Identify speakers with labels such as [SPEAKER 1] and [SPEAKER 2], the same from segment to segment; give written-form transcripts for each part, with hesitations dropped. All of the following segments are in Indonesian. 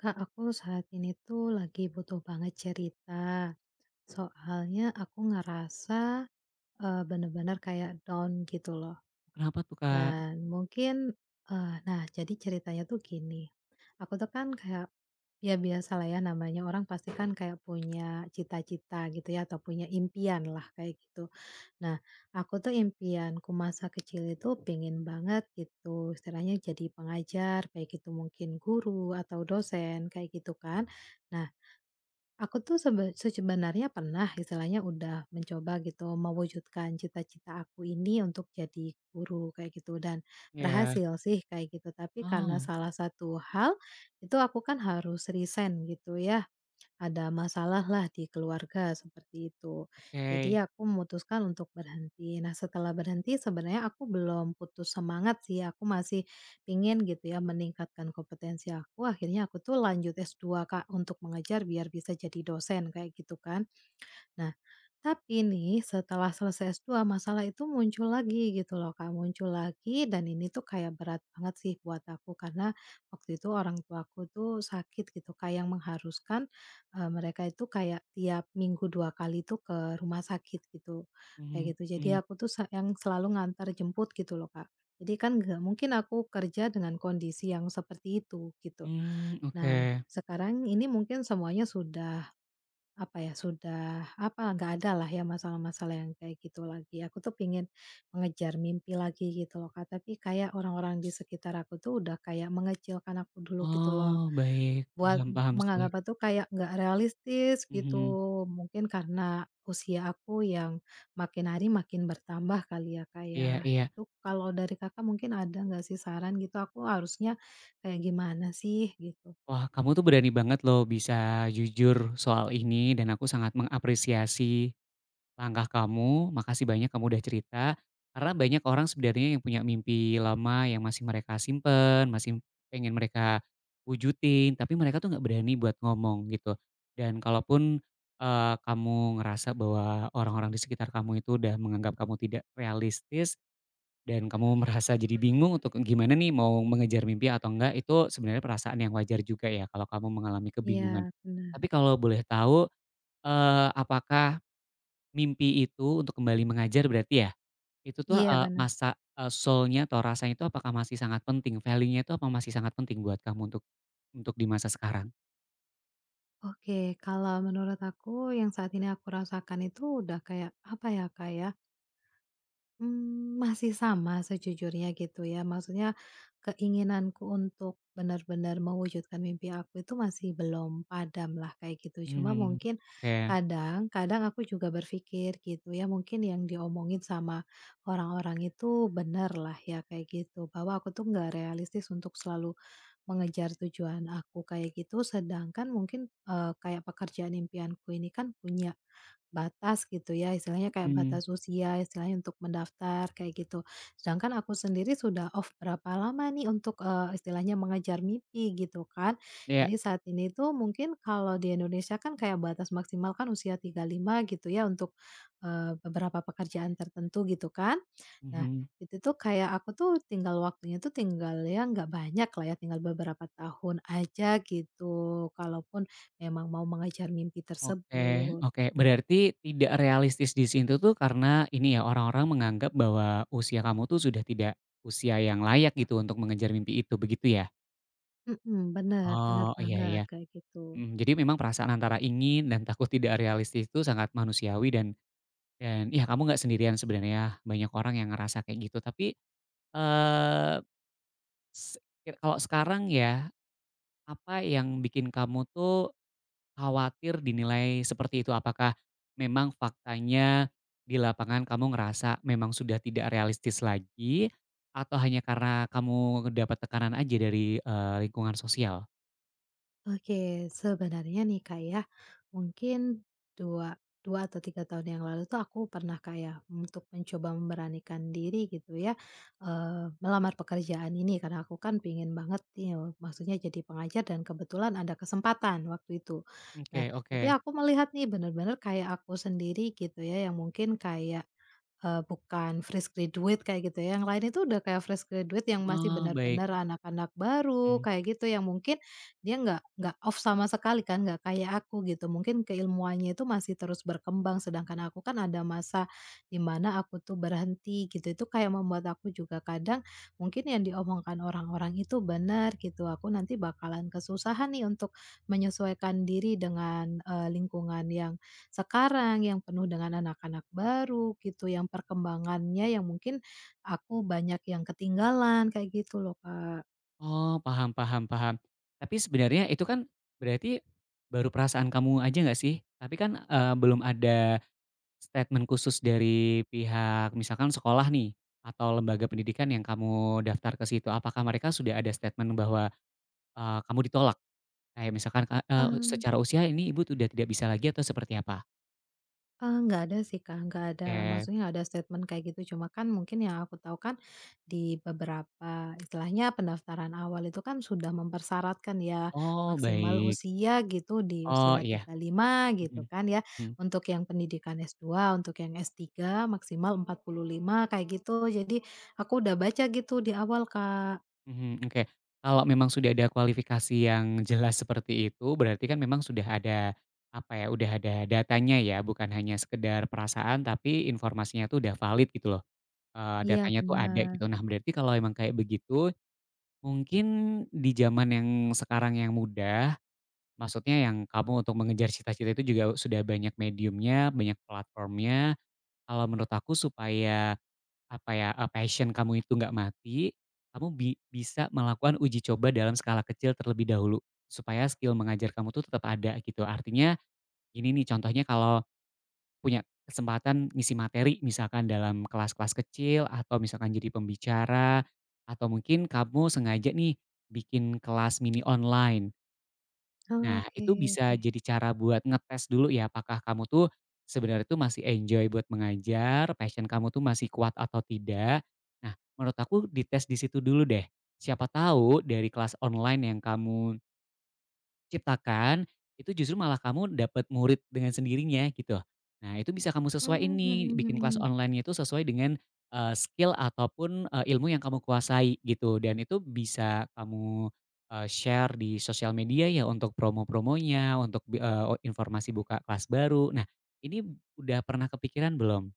[SPEAKER 1] Kak, aku saat ini tuh lagi butuh banget cerita. Soalnya aku ngerasa, bener-bener kayak down gitu loh.
[SPEAKER 2] Kenapa tuh, Kak?
[SPEAKER 1] Dan mungkin, nah jadi ceritanya tuh gini, aku tuh kan kayak, ya biasa lah ya namanya orang pasti kan kayak punya cita-cita gitu ya atau punya impian lah kayak gitu. Nah, aku tuh impianku masa kecil itu pengen banget gitu istilahnya jadi pengajar, kayak gitu mungkin guru atau dosen kayak gitu kan. Nah, aku tuh sebenarnya pernah istilahnya udah mencoba gitu mewujudkan cita-cita aku ini untuk jadi guru kayak gitu dan
[SPEAKER 2] Iya.
[SPEAKER 1] berhasil sih kayak gitu. Tapi karena
[SPEAKER 2] Oh,
[SPEAKER 1] salah satu hal itu aku kan harus resign gitu ya, ada masalah lah di keluarga seperti itu. Jadi
[SPEAKER 2] oke.
[SPEAKER 1] aku memutuskan untuk berhenti. Nah, setelah berhenti sebenarnya aku belum putus semangat sih, aku masih pingin gitu ya meningkatkan kompetensi aku. Akhirnya aku tuh lanjut S2, Kak, untuk mengejar biar bisa jadi dosen kayak gitu kan. Nah, tapi nih setelah selesai S2 masalah itu muncul lagi gitu loh, Kak, muncul lagi dan ini tuh kayak berat banget sih buat aku karena waktu itu orang tuaku tuh sakit gitu, Kak, yang mengharuskan, mereka itu kayak tiap minggu 2 kali tuh ke rumah sakit gitu,
[SPEAKER 2] Mhm
[SPEAKER 1] kayak gitu. Jadi
[SPEAKER 2] mhm.
[SPEAKER 1] aku tuh yang selalu ngantar jemput gitu loh, Kak. Jadi kan nggak mungkin aku kerja dengan kondisi yang seperti itu gitu.
[SPEAKER 2] Mmm, oke.
[SPEAKER 1] Nah, sekarang ini mungkin semuanya sudah apa ya, sudah apa, nggak ada lah ya masalah-masalah yang kayak gitu lagi. Aku tuh pingin mengejar mimpi lagi gitu loh, Kak, tapi kayak orang-orang di sekitar aku tuh udah kayak mengecilkan aku dulu gitu loh.
[SPEAKER 2] Oh, baik.
[SPEAKER 1] Buat
[SPEAKER 2] Paham paham sih.
[SPEAKER 1] menganggap aku tuh kayak nggak realistis gitu.
[SPEAKER 2] Mhm.
[SPEAKER 1] Mungkin karena usia aku yang makin hari makin bertambah kali ya, Kak, ya.
[SPEAKER 2] Iya iya.
[SPEAKER 1] Itu kalau dari Kakak mungkin ada nggak sih saran gitu, aku harusnya kayak gimana sih gitu?
[SPEAKER 2] Wah, kamu tuh berani banget loh bisa jujur soal ini dan aku sangat mengapresiasi langkah kamu. Makasih banyak kamu udah cerita. Karena banyak orang sebenarnya yang punya mimpi lama yang masih mereka simpen, masih pengen mereka wujudin, tapi mereka tuh nggak berani buat ngomong gitu. Dan kalaupun kamu ngerasa bahwa orang-orang di sekitar kamu itu udah menganggap kamu tidak realistis dan kamu merasa jadi bingung untuk gimana nih mau mengejar mimpi atau enggak, itu sebenarnya perasaan yang wajar juga ya kalau kamu mengalami kebingungan.
[SPEAKER 1] Iya, benar.
[SPEAKER 2] Tapi kalau boleh tahu, apakah mimpi itu untuk kembali mengajar berarti ya, itu tuh,
[SPEAKER 1] Iya, benar.
[SPEAKER 2] masa, soul-nya atau rasanya itu apakah masih sangat penting? Value-nya itu apa masih sangat penting buat kamu untuk di masa sekarang?
[SPEAKER 1] Oke, kalau menurut aku yang saat ini aku rasakan itu udah kayak apa ya, Kak, ya, masih sama sejujurnya gitu ya. Maksudnya keinginanku untuk benar-benar mewujudkan mimpi aku itu masih belum padam lah kayak gitu. Cuma
[SPEAKER 2] Mmm,
[SPEAKER 1] mungkin
[SPEAKER 2] oke,
[SPEAKER 1] kadang kadang aku juga berpikir gitu ya, mungkin yang diomongin sama orang-orang itu benar lah ya kayak gitu, bahwa aku tuh nggak realistis untuk selalu mengejar tujuan aku kayak gitu, sedangkan mungkin, kayak pekerjaan impianku ini kan punya batas gitu ya, istilahnya kayak
[SPEAKER 2] mhm,
[SPEAKER 1] batas usia, istilahnya untuk mendaftar kayak gitu. Sedangkan aku sendiri sudah off berapa lama nih untuk, istilahnya mengejar mimpi gitu kan.
[SPEAKER 2] iya,
[SPEAKER 1] Jadi saat ini tuh mungkin kalau di Indonesia kan kayak batas maksimal kan usia 35 gitu ya untuk, beberapa pekerjaan tertentu gitu kan. Nah,
[SPEAKER 2] mhm,
[SPEAKER 1] itu tuh kayak aku tuh tinggal waktunya tuh tinggal ya nggak banyak lah ya, tinggal beberapa tahun aja gitu, kalaupun memang mau mengejar mimpi
[SPEAKER 2] oke
[SPEAKER 1] tersebut.
[SPEAKER 2] oke. Berarti tidak realistis di situ tuh karena ini ya, orang-orang menganggap bahwa usia kamu tuh sudah tidak usia yang layak gitu untuk mengejar mimpi itu, begitu ya?
[SPEAKER 1] Mhm, bener bener
[SPEAKER 2] Oh, iya
[SPEAKER 1] banget
[SPEAKER 2] iya,
[SPEAKER 1] kayak gitu.
[SPEAKER 2] mhm, jadi memang perasaan antara ingin dan takut tidak realistis itu sangat manusiawi dan ya kamu nggak sendirian sebenarnya, ya, banyak orang yang ngerasa kayak gitu. Tapi, eee, se kir kalau sekarang ya, apa yang bikin kamu tuh khawatir dinilai seperti itu? Apakah memang faktanya di lapangan kamu ngerasa memang sudah tidak realistis lagi, atau hanya karena kamu dapat tekanan aja dari, lingkungan sosial?
[SPEAKER 1] Oke, sebenarnya nih Kak ya, mungkin 2 2 atau 3 tahun yang lalu tuh aku pernah kayak untuk mencoba memberanikan diri gitu ya, melamar pekerjaan ini karena aku kan pingin banget nih, maksudnya jadi pengajar dan kebetulan ada kesempatan waktu itu.
[SPEAKER 2] Oke
[SPEAKER 1] Nah, tapi
[SPEAKER 2] oke.
[SPEAKER 1] aku melihat nih bener-bener kayak aku sendiri gitu ya yang mungkin kayak bukan fresh graduate kayak gitu ya, yang lain itu udah kayak fresh graduate yang masih
[SPEAKER 2] Oh, baik,
[SPEAKER 1] benar-benar anak-anak baru
[SPEAKER 2] mhm.
[SPEAKER 1] kayak gitu, yang mungkin dia nggak off sama sekali kan, nggak kayak aku gitu. Mungkin keilmuannya itu masih terus berkembang, sedangkan aku kan ada masa di mana aku tuh berhenti gitu. Itu kayak membuat aku juga kadang mungkin yang diomongkan orang-orang itu benar gitu, aku nanti bakalan kesusahan nih untuk menyesuaikan diri dengan, lingkungan yang sekarang, yang penuh dengan anak-anak baru gitu, yang perkembangannya yang mungkin aku banyak yang ketinggalan, kayak gitu loh, Kak.
[SPEAKER 2] Oh, paham paham paham. Tapi sebenarnya itu kan berarti baru perasaan kamu aja nggak sih? Tapi kan, belum ada statement khusus dari pihak misalkan sekolah nih, atau lembaga pendidikan yang kamu daftar ke situ. Apakah mereka sudah ada statement bahwa, kamu ditolak? Kayak misalkan, secara usia ini ibu sudah tidak bisa lagi atau seperti apa?
[SPEAKER 1] Nggak ada sih, Kak, nggak ada
[SPEAKER 2] Oke.
[SPEAKER 1] maksudnya nggak ada statement kayak gitu, cuma kan mungkin yang aku tahu kan di beberapa istilahnya pendaftaran awal itu kan sudah mempersyaratkan ya
[SPEAKER 2] Oh,
[SPEAKER 1] maksimal
[SPEAKER 2] baik.
[SPEAKER 1] usia gitu di
[SPEAKER 2] Oh,
[SPEAKER 1] usia
[SPEAKER 2] iya.
[SPEAKER 1] 35 gitu
[SPEAKER 2] Mhm
[SPEAKER 1] kan ya,
[SPEAKER 2] mhm.
[SPEAKER 1] untuk yang pendidikan S2, untuk yang S3 maksimal 45 kayak gitu. Jadi aku udah baca gitu di awal, Kak.
[SPEAKER 2] Mhm, oke. Kalau memang sudah ada kualifikasi yang jelas seperti itu, berarti kan memang sudah ada, apa ya, udah ada datanya ya, bukan hanya sekedar perasaan, tapi informasinya tuh udah valid gitu loh,
[SPEAKER 1] Iya,
[SPEAKER 2] datanya tuh ada
[SPEAKER 1] bener.
[SPEAKER 2] gitu. Nah, berarti kalau emang kayak begitu, mungkin di zaman yang sekarang yang mudah, maksudnya yang kamu untuk mengejar cita-cita itu juga sudah banyak mediumnya, banyak platformnya, kalau menurut aku supaya apa ya, passion kamu itu nggak mati, kamu bisa melakukan uji coba dalam skala kecil terlebih dahulu, supaya skill mengajar kamu tuh tetap ada gitu. Artinya ini nih contohnya kalau punya kesempatan ngisi materi misalkan dalam kelas-kelas kecil atau misalkan jadi pembicara, atau mungkin kamu sengaja nih bikin kelas mini online. Nah,
[SPEAKER 1] Oke,
[SPEAKER 2] itu bisa
[SPEAKER 1] oke.
[SPEAKER 2] jadi cara buat ngetes dulu ya, apakah kamu tuh sebenarnya tuh masih enjoy buat mengajar, passion kamu tuh masih kuat atau tidak. Nah, menurut aku dites di situ dulu deh. Siapa tahu dari kelas online yang kamu ciptakan, itu justru malah kamu dapat murid dengan sendirinya gitu. Nah itu bisa kamu sesuaiin
[SPEAKER 1] Mmm,
[SPEAKER 2] nih,
[SPEAKER 1] mhm,
[SPEAKER 2] bikin kelas
[SPEAKER 1] mhm.
[SPEAKER 2] online itu sesuai dengan, skill ataupun, ilmu yang kamu kuasai gitu dan itu bisa kamu, share di sosial media ya untuk promo-promonya, untuk informasi buka kelas baru. Nah ini udah pernah kepikiran belum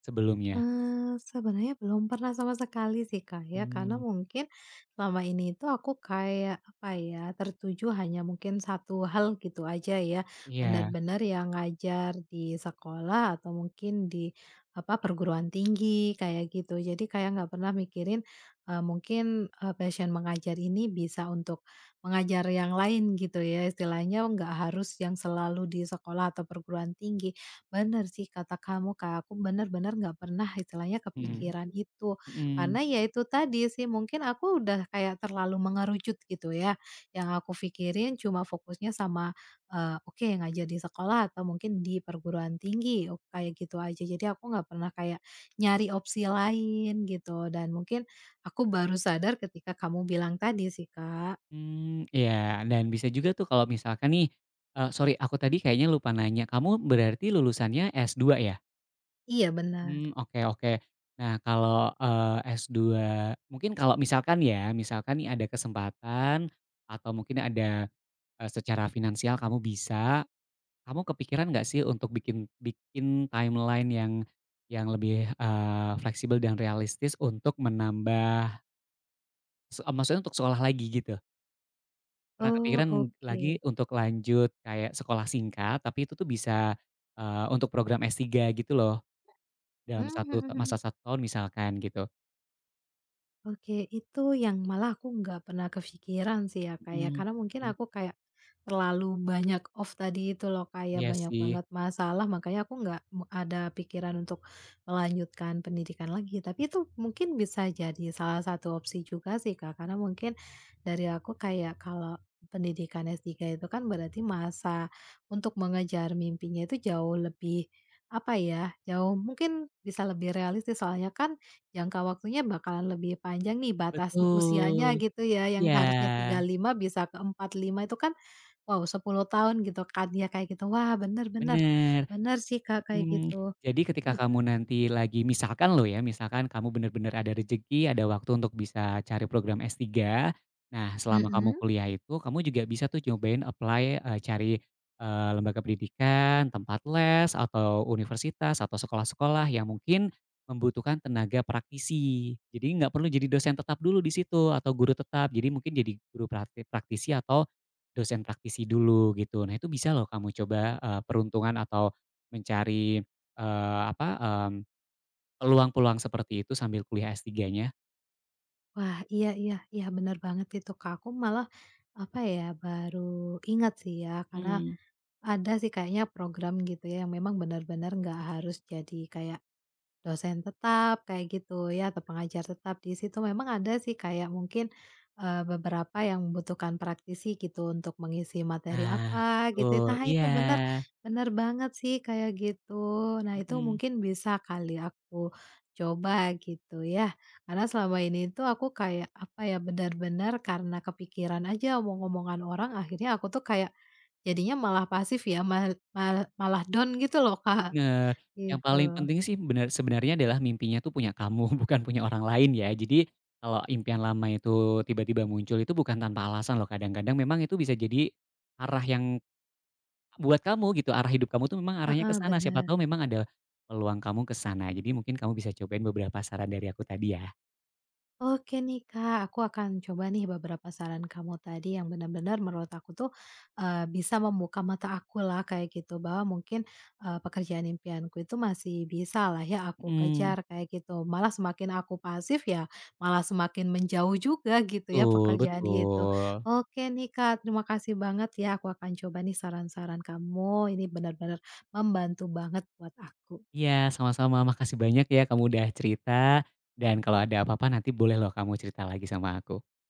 [SPEAKER 2] sebelumnya?
[SPEAKER 1] Sebenarnya belum pernah sama sekali sih, Kak, ya, karena
[SPEAKER 2] Mmm,
[SPEAKER 1] mungkin selama ini itu aku kayak, apa ya, tertuju hanya mungkin satu hal gitu aja ya,
[SPEAKER 2] iya,
[SPEAKER 1] benar-benar yang ngajar di sekolah atau mungkin di, apa, perguruan tinggi kayak gitu. Jadi kayak nggak pernah mikirin, mungkin, passion mengajar ini bisa untuk mengajar yang lain gitu ya, istilahnya nggak harus yang selalu di sekolah atau perguruan tinggi. Bener sih kata kamu, Kak, aku bener-bener nggak pernah istilahnya
[SPEAKER 2] mhm,
[SPEAKER 1] kepikiran itu.
[SPEAKER 2] mhm.
[SPEAKER 1] Karena ya itu tadi sih, mungkin aku udah kayak terlalu mengerucut gitu ya. Yang aku pikirin cuma fokusnya sama, oke ngajar di sekolah atau mungkin di perguruan tinggi, o kayak gitu aja. Jadi aku nggak pernah kayak nyari opsi lain gitu dan mungkin aku baru sadar ketika kamu bilang tadi sih, Kak.
[SPEAKER 2] Mmm, iya, dan bisa juga tuh kalau misalkan nih, sorry aku tadi kayaknya lupa nanya, kamu berarti lulusannya S2 ya?
[SPEAKER 1] Iya, benar.
[SPEAKER 2] Mmm, oke oke. Nah kalau, S2 mungkin kalau misalkan ya, misalkan nih ada kesempatan atau mungkin ada, secara finansial kamu bisa, kamu kepikiran nggak sih untuk bikin bikin timeline yang lebih, fleksibel dan realistis untuk menambah maksudnya untuk sekolah lagi gitu? Pernah
[SPEAKER 1] Oh,
[SPEAKER 2] kepikiran lagi
[SPEAKER 1] oke.
[SPEAKER 2] untuk lanjut kayak sekolah singkat, tapi itu tuh bisa, untuk program S3 gitu loh, dalam satu ta masa satu tahun misalkan gitu.
[SPEAKER 1] Oke, itu yang malah aku nggak pernah kepikiran sih ya, Kak, ya.
[SPEAKER 2] Mhm
[SPEAKER 1] Karena mungkin
[SPEAKER 2] mhm.
[SPEAKER 1] aku kayak terlalu banyak off tadi itu loh, kayak
[SPEAKER 2] Iya
[SPEAKER 1] banyak
[SPEAKER 2] sih,
[SPEAKER 1] banget masalah, makanya aku nggak ada pikiran untuk melanjutkan pendidikan lagi. Tapi itu mungkin bisa jadi salah satu opsi juga sih, Kak, karena mungkin dari aku kayak kalau pendidikan S3 itu kan berarti masa untuk mengejar mimpinya itu jauh lebih, apa ya, jauh mungkin bisa lebih realistis soalnya kan jangka waktunya bakalan lebih panjang nih batas usianya
[SPEAKER 2] betul.
[SPEAKER 1] gitu ya, yang
[SPEAKER 2] Iya,
[SPEAKER 1] harusnya 35 bisa ke 45 itu kan, wow 10 tahun gitu kan ya kayak gitu. Wah, bener bener,
[SPEAKER 2] bener.
[SPEAKER 1] sih Kak kayak
[SPEAKER 2] Mhm,
[SPEAKER 1] gitu.
[SPEAKER 2] jadi ketika kamu
[SPEAKER 1] Mhm,
[SPEAKER 2] nanti lagi misalkan loh ya, misalkan kamu benar-benar ada rezeki, ada waktu untuk bisa cari program S3. Nah, selama kamu
[SPEAKER 1] mhm.
[SPEAKER 2] kuliah itu, kamu juga bisa tuh nyobain apply, cari, lembaga pendidikan, tempat les, atau universitas, atau sekolah-sekolah yang mungkin membutuhkan tenaga praktisi. Jadi nggak perlu jadi dosen tetap dulu di situ atau guru tetap, jadi mungkin jadi guru prakti praktisi atau dosen praktisi dulu gitu. Nah, itu bisa loh kamu coba, peruntungan atau mencari, apa, mmm, peluang-peluang seperti itu sambil kuliah S3-nya.
[SPEAKER 1] Wah, iya iya iya bener banget itu Kak, aku malah, apa ya, baru ingat sih ya karena
[SPEAKER 2] Mmm.
[SPEAKER 1] ada sih kayaknya program gitu ya yang memang benar-benar nggak harus jadi kayak dosen tetap kayak gitu ya atau pengajar tetap di situ memang ada sih kayak mungkin, beberapa yang membutuhkan praktisi gitu untuk mengisi materi
[SPEAKER 2] Nah,
[SPEAKER 1] apa gitu.
[SPEAKER 2] betul,
[SPEAKER 1] Nah
[SPEAKER 2] iya,
[SPEAKER 1] itu bener, bener banget sih kayak gitu. Nah itu
[SPEAKER 2] mhm,
[SPEAKER 1] mungkin bisa kali aku coba gitu ya. Karena selama ini tuh aku kayak apa ya, benar-benar karena kepikiran aja omong-omongan orang akhirnya aku tuh kayak jadinya malah pasif ya mal mal malah down gitu loh, Kak,
[SPEAKER 2] bener. Yang
[SPEAKER 1] gitu.
[SPEAKER 2] paling penting sih bener sebenarnya adalah mimpinya tuh punya kamu, bukan punya orang lain ya. Jadi kalau impian lama itu tiba-tiba muncul itu bukan tanpa alasan loh, kadang-kadang memang itu bisa jadi arah yang buat kamu gitu, arah hidup kamu tuh memang arahnya ke
[SPEAKER 1] Heeh,
[SPEAKER 2] sana, siapa
[SPEAKER 1] bener.
[SPEAKER 2] tahu memang ada peluang kamu ke sana. Jadi mungkin kamu bisa cobain beberapa saran dari aku tadi ya.
[SPEAKER 1] Oke nih Kak, aku akan coba nih beberapa saran kamu tadi yang benar-benar menurut aku tuh, bisa membuka mata aku lah kayak gitu, bahwa mungkin, pekerjaan impianku itu masih bisa lah ya aku
[SPEAKER 2] Mhm.
[SPEAKER 1] kejar kayak gitu. Malah semakin aku pasif ya, malah semakin menjauh juga gitu ya
[SPEAKER 2] Betul
[SPEAKER 1] pekerjaan itu.
[SPEAKER 2] betul.
[SPEAKER 1] Oke nih Kak, terima kasih banget ya, aku akan coba nih saran-saran kamu, ini benar-benar membantu banget buat aku.
[SPEAKER 2] Iya, sama-sama. Makasih banyak ya kamu udah cerita, dan kalau ada apa-apa nanti boleh loh kamu cerita lagi sama aku.